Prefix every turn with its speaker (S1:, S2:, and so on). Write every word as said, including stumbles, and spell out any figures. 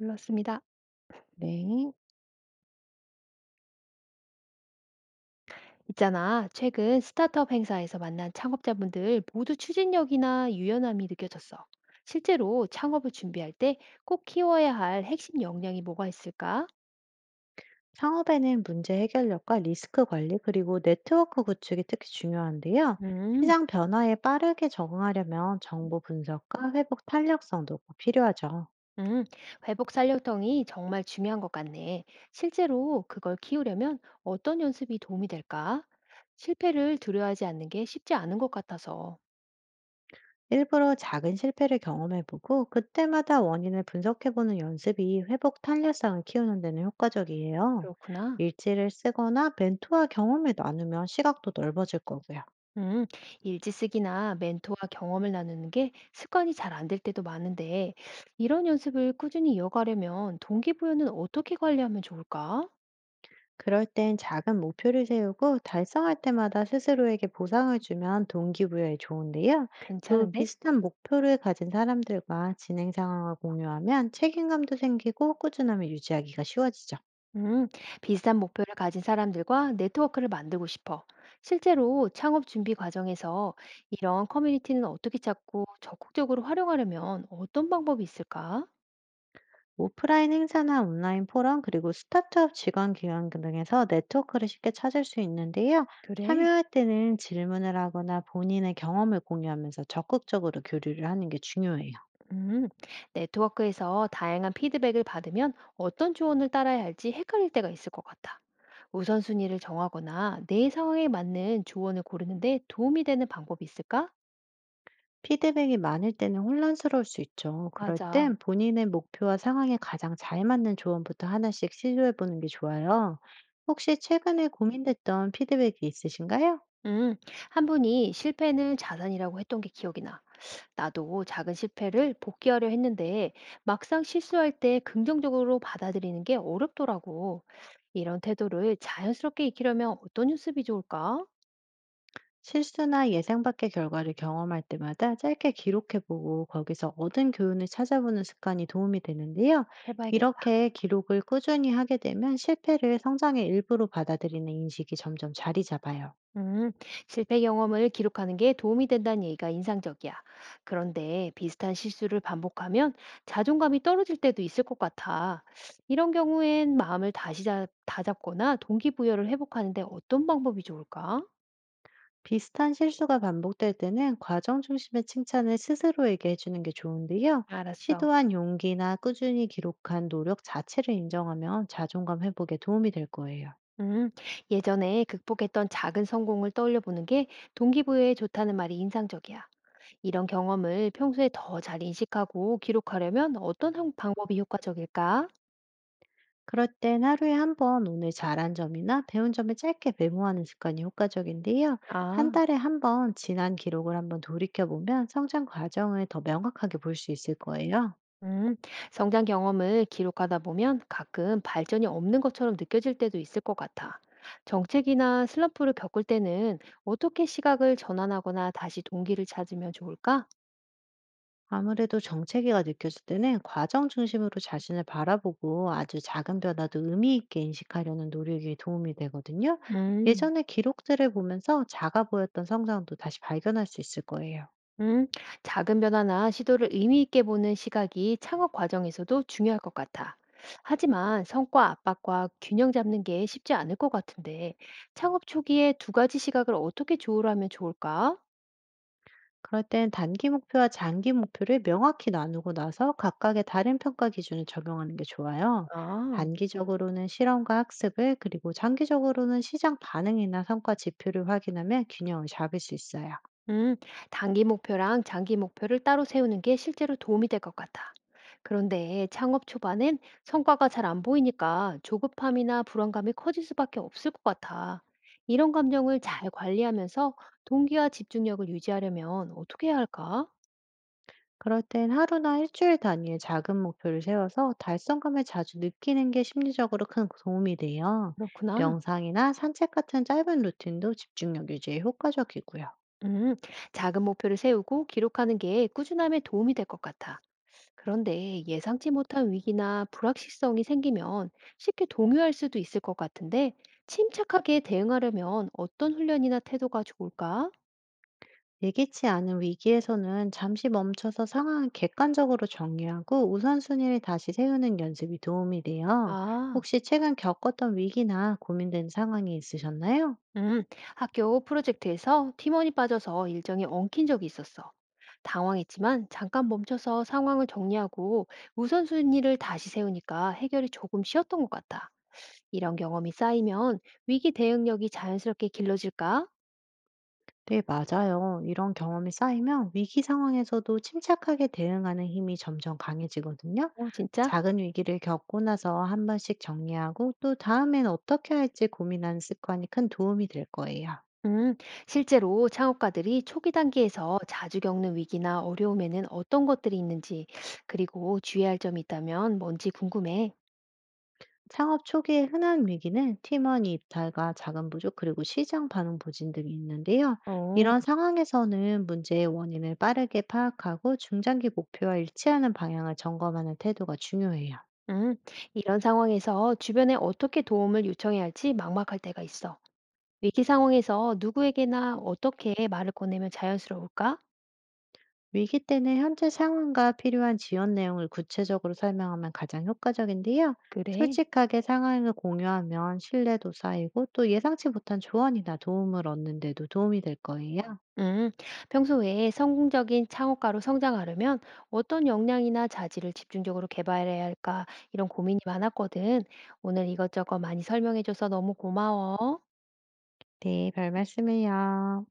S1: 눌렀습니다.
S2: 네.
S1: 있잖아. 최근 스타트업 행사에서 만난 창업자분들 모두 추진력이나 유연함이 느껴졌어. 실제로 창업을 준비할 때 꼭 키워야 할 핵심 역량이 뭐가 있을까?
S2: 창업에는 문제 해결력과 리스크 관리, 그리고 네트워크 구축이 특히 중요한데요.
S1: 음,
S2: 시장 변화에 빠르게 적응하려면 정보 분석과 회복 탄력성도 꼭 필요하죠.
S1: 음, 회복 살려통이 정말 중요한 것 같네. 실제로 그걸 키우려면 어떤 연습이 도움이 될까? 실패를 두려워하지 않는 게 쉽지 않은 것 같아서.
S2: 일부러 작은 실패를 경험해보고 그때마다 원인을 분석해보는 연습이 회복 탄력성을 키우는 데는 효과적이에요.
S1: 그렇구나.
S2: 일지를 쓰거나 멘토와 경험을 나누면 시각도 넓어질 거고요.
S1: 음, 일지 쓰기나 멘토와 경험을 나누는 게 습관이 잘 안 될 때도 많은데, 이런 연습을 꾸준히 이어가려면 동기부여는 어떻게 관리하면 좋을까?
S2: 그럴 땐 작은 목표를 세우고 달성할 때마다 스스로에게 보상을 주면 동기부여에 좋은데요. 또
S1: 괜찮은데?
S2: 비슷한 목표를 가진 사람들과 진행 상황을 공유하면 책임감도 생기고 꾸준함을 유지하기가 쉬워지죠.
S1: 음, 비슷한 목표를 가진 사람들과 네트워크를 만들고 싶어. 실제로 창업 준비 과정에서 이런 커뮤니티는 어떻게 찾고 적극적으로 활용하려면 어떤 방법이 있을까?
S2: 오프라인 행사나 온라인 포럼, 그리고 스타트업 직원 기관 등에서 네트워크를 쉽게 찾을 수 있는데요.
S1: 그래.
S2: 참여할 때는 질문을 하거나 본인의 경험을 공유하면서 적극적으로 교류를 하는 게 중요해요.
S1: 음, 네트워크에서 다양한 피드백을 받으면 어떤 조언을 따라야 할지 헷갈릴 때가 있을 것 같아. 우선순위를 정하거나 내 상황에 맞는 조언을 고르는데 도움이 되는 방법이 있을까?
S2: 피드백이 많을 때는 혼란스러울 수 있죠. 그럴
S1: 맞아.
S2: 땐 본인의 목표와 상황에 가장 잘 맞는 조언부터 하나씩 시도해 보는 게 좋아요. 혹시 최근에 고민됐던 피드백이 있으신가요?
S1: 음, 한 분이 실패는 자산이라고 했던 게 기억이 나. 나도 작은 실패를 복귀하려 했는데 막상 실수할 때 긍정적으로 받아들이는 게 어렵더라고. 이런 태도를 자연스럽게 익히려면 어떤 연습이 좋을까?
S2: 실수나 예상 밖의 결과를 경험할 때마다 짧게 기록해 보고, 거기서 얻은 교훈을 찾아보는 습관이 도움이 되는데요.
S1: 해봐야겠다.
S2: 이렇게 기록을 꾸준히 하게 되면 실패를 성장의 일부로 받아들이는 인식이 점점 자리 잡아요.
S1: 음, 실패 경험을 기록하는 게 도움이 된다는 얘기가 인상적이야. 그런데 비슷한 실수를 반복하면 자존감이 떨어질 때도 있을 것 같아. 이런 경우엔 마음을 다시 잡, 다잡거나 동기부여를 회복하는데 어떤 방법이 좋을까?
S2: 비슷한 실수가 반복될 때는 과정 중심의 칭찬을 스스로에게 해주는 게 좋은데요.
S1: 알았어.
S2: 시도한 용기나 꾸준히 기록한 노력 자체를 인정하면 자존감 회복에 도움이 될 거예요.
S1: 음, 예전에 극복했던 작은 성공을 떠올려 보는 게 동기부여에 좋다는 말이 인상적이야. 이런 경험을 평소에 더 잘 인식하고 기록하려면 어떤 형- 방법이 효과적일까?
S2: 그럴 땐 하루에 한번 오늘 잘한 점이나 배운 점을 짧게 메모하는 습관이 효과적인데요. 한
S1: 아.
S2: 달에 한번 지난 기록을 한번 돌이켜보면 성장 과정을 더 명확하게 볼 수 있을 거예요.
S1: 음, 성장 경험을 기록하다 보면 가끔 발전이 없는 것처럼 느껴질 때도 있을 것 같아. 정책이나 슬럼프를 겪을 때는 어떻게 시각을 전환하거나 다시 동기를 찾으면 좋을까?
S2: 아무래도 정체기가 느껴질 때는 과정 중심으로 자신을 바라보고, 아주 작은 변화도 의미 있게 인식하려는 노력이 도움이 되거든요.
S1: 음,
S2: 예전의 기록들을 보면서 작아 보였던 성장도 다시 발견할 수 있을 거예요.
S1: 음, 작은 변화나 시도를 의미 있게 보는 시각이 창업 과정에서도 중요할 것 같아. 하지만 성과 압박과 균형 잡는 게 쉽지 않을 것 같은데, 창업 초기에 두 가지 시각을 어떻게 조율하면 좋을까?
S2: 그럴 땐 단기 목표와 장기 목표를 명확히 나누고 나서 각각의 다른 평가 기준을 적용하는 게 좋아요.
S1: 아.
S2: 단기적으로는 실험과 학습을, 그리고 장기적으로는 시장 반응이나 성과 지표를 확인하면 균형을 잡을 수 있어요.
S1: 음, 단기 목표랑 장기 목표를 따로 세우는 게 실제로 도움이 될 것 같아. 그런데 창업 초반엔 성과가 잘 안 보이니까 조급함이나 불안감이 커질 수밖에 없을 것 같아. 이런 감정을 잘 관리하면서 동기와 집중력을 유지하려면 어떻게 해야 할까?
S2: 그럴 땐 하루나 일주일 단위의 작은 목표를 세워서 달성감을 자주 느끼는 게 심리적으로 큰 도움이 돼요.
S1: 그렇구나.
S2: 명상이나 산책 같은 짧은 루틴도 집중력 유지에 효과적이고요.
S1: 음, 작은 목표를 세우고 기록하는 게 꾸준함에 도움이 될 것 같아. 그런데 예상치 못한 위기나 불확실성이 생기면 쉽게 동요할 수도 있을 것 같은데, 침착하게 대응하려면 어떤 훈련이나 태도가 좋을까?
S2: 예기치 않은 위기에서는 잠시 멈춰서 상황을 객관적으로 정리하고 우선순위를 다시 세우는 연습이 도움이 돼요.
S1: 아,
S2: 혹시 최근 겪었던 위기나 고민된 상황이 있으셨나요?
S1: 음, 학교 프로젝트에서 팀원이 빠져서 일정이 엉킨 적이 있었어. 당황했지만 잠깐 멈춰서 상황을 정리하고 우선순위를 다시 세우니까 해결이 조금 쉬웠던 것 같아. 이런 경험이 쌓이면 위기 대응력이 자연스럽게 길러질까?
S2: 네, 맞아요. 이런 경험이 쌓이면 위기 상황에서도 침착하게 대응하는 힘이 점점 강해지거든요.
S1: 어, 진짜?
S2: 작은 위기를 겪고 나서 한 번씩 정리하고, 또 다음엔 어떻게 할지 고민하는 습관이 큰 도움이 될 거예요.
S1: 음, 실제로 창업가들이 초기 단계에서 자주 겪는 위기나 어려움에는 어떤 것들이 있는지, 그리고 주의할 점이 있다면 뭔지 궁금해.
S2: 창업 초기의 흔한 위기는 팀원 이탈과 자금 부족, 그리고 시장 반응 부진 등이 있는데요.
S1: 어,
S2: 이런 상황에서는 문제의 원인을 빠르게 파악하고 중장기 목표와 일치하는 방향을 점검하는 태도가 중요해요.
S1: 음, 이런 상황에서 주변에 어떻게 도움을 요청해야 할지 막막할 때가 있어. 위기 상황에서 누구에게나 어떻게 말을 꺼내면 자연스러울까?
S2: 위기 때는 현재 상황과 필요한 지원 내용을 구체적으로 설명하면 가장 효과적인데요.
S1: 그래.
S2: 솔직하게 상황을 공유하면 신뢰도 쌓이고, 또 예상치 못한 조언이나 도움을 얻는 데도 도움이 될 거예요.
S1: 음, 평소에 성공적인 창업가로 성장하려면 어떤 역량이나 자질을 집중적으로 개발해야 할까 이런 고민이 많았거든. 오늘 이것저것 많이 설명해줘서 너무 고마워.
S2: 네, 별 말씀을요.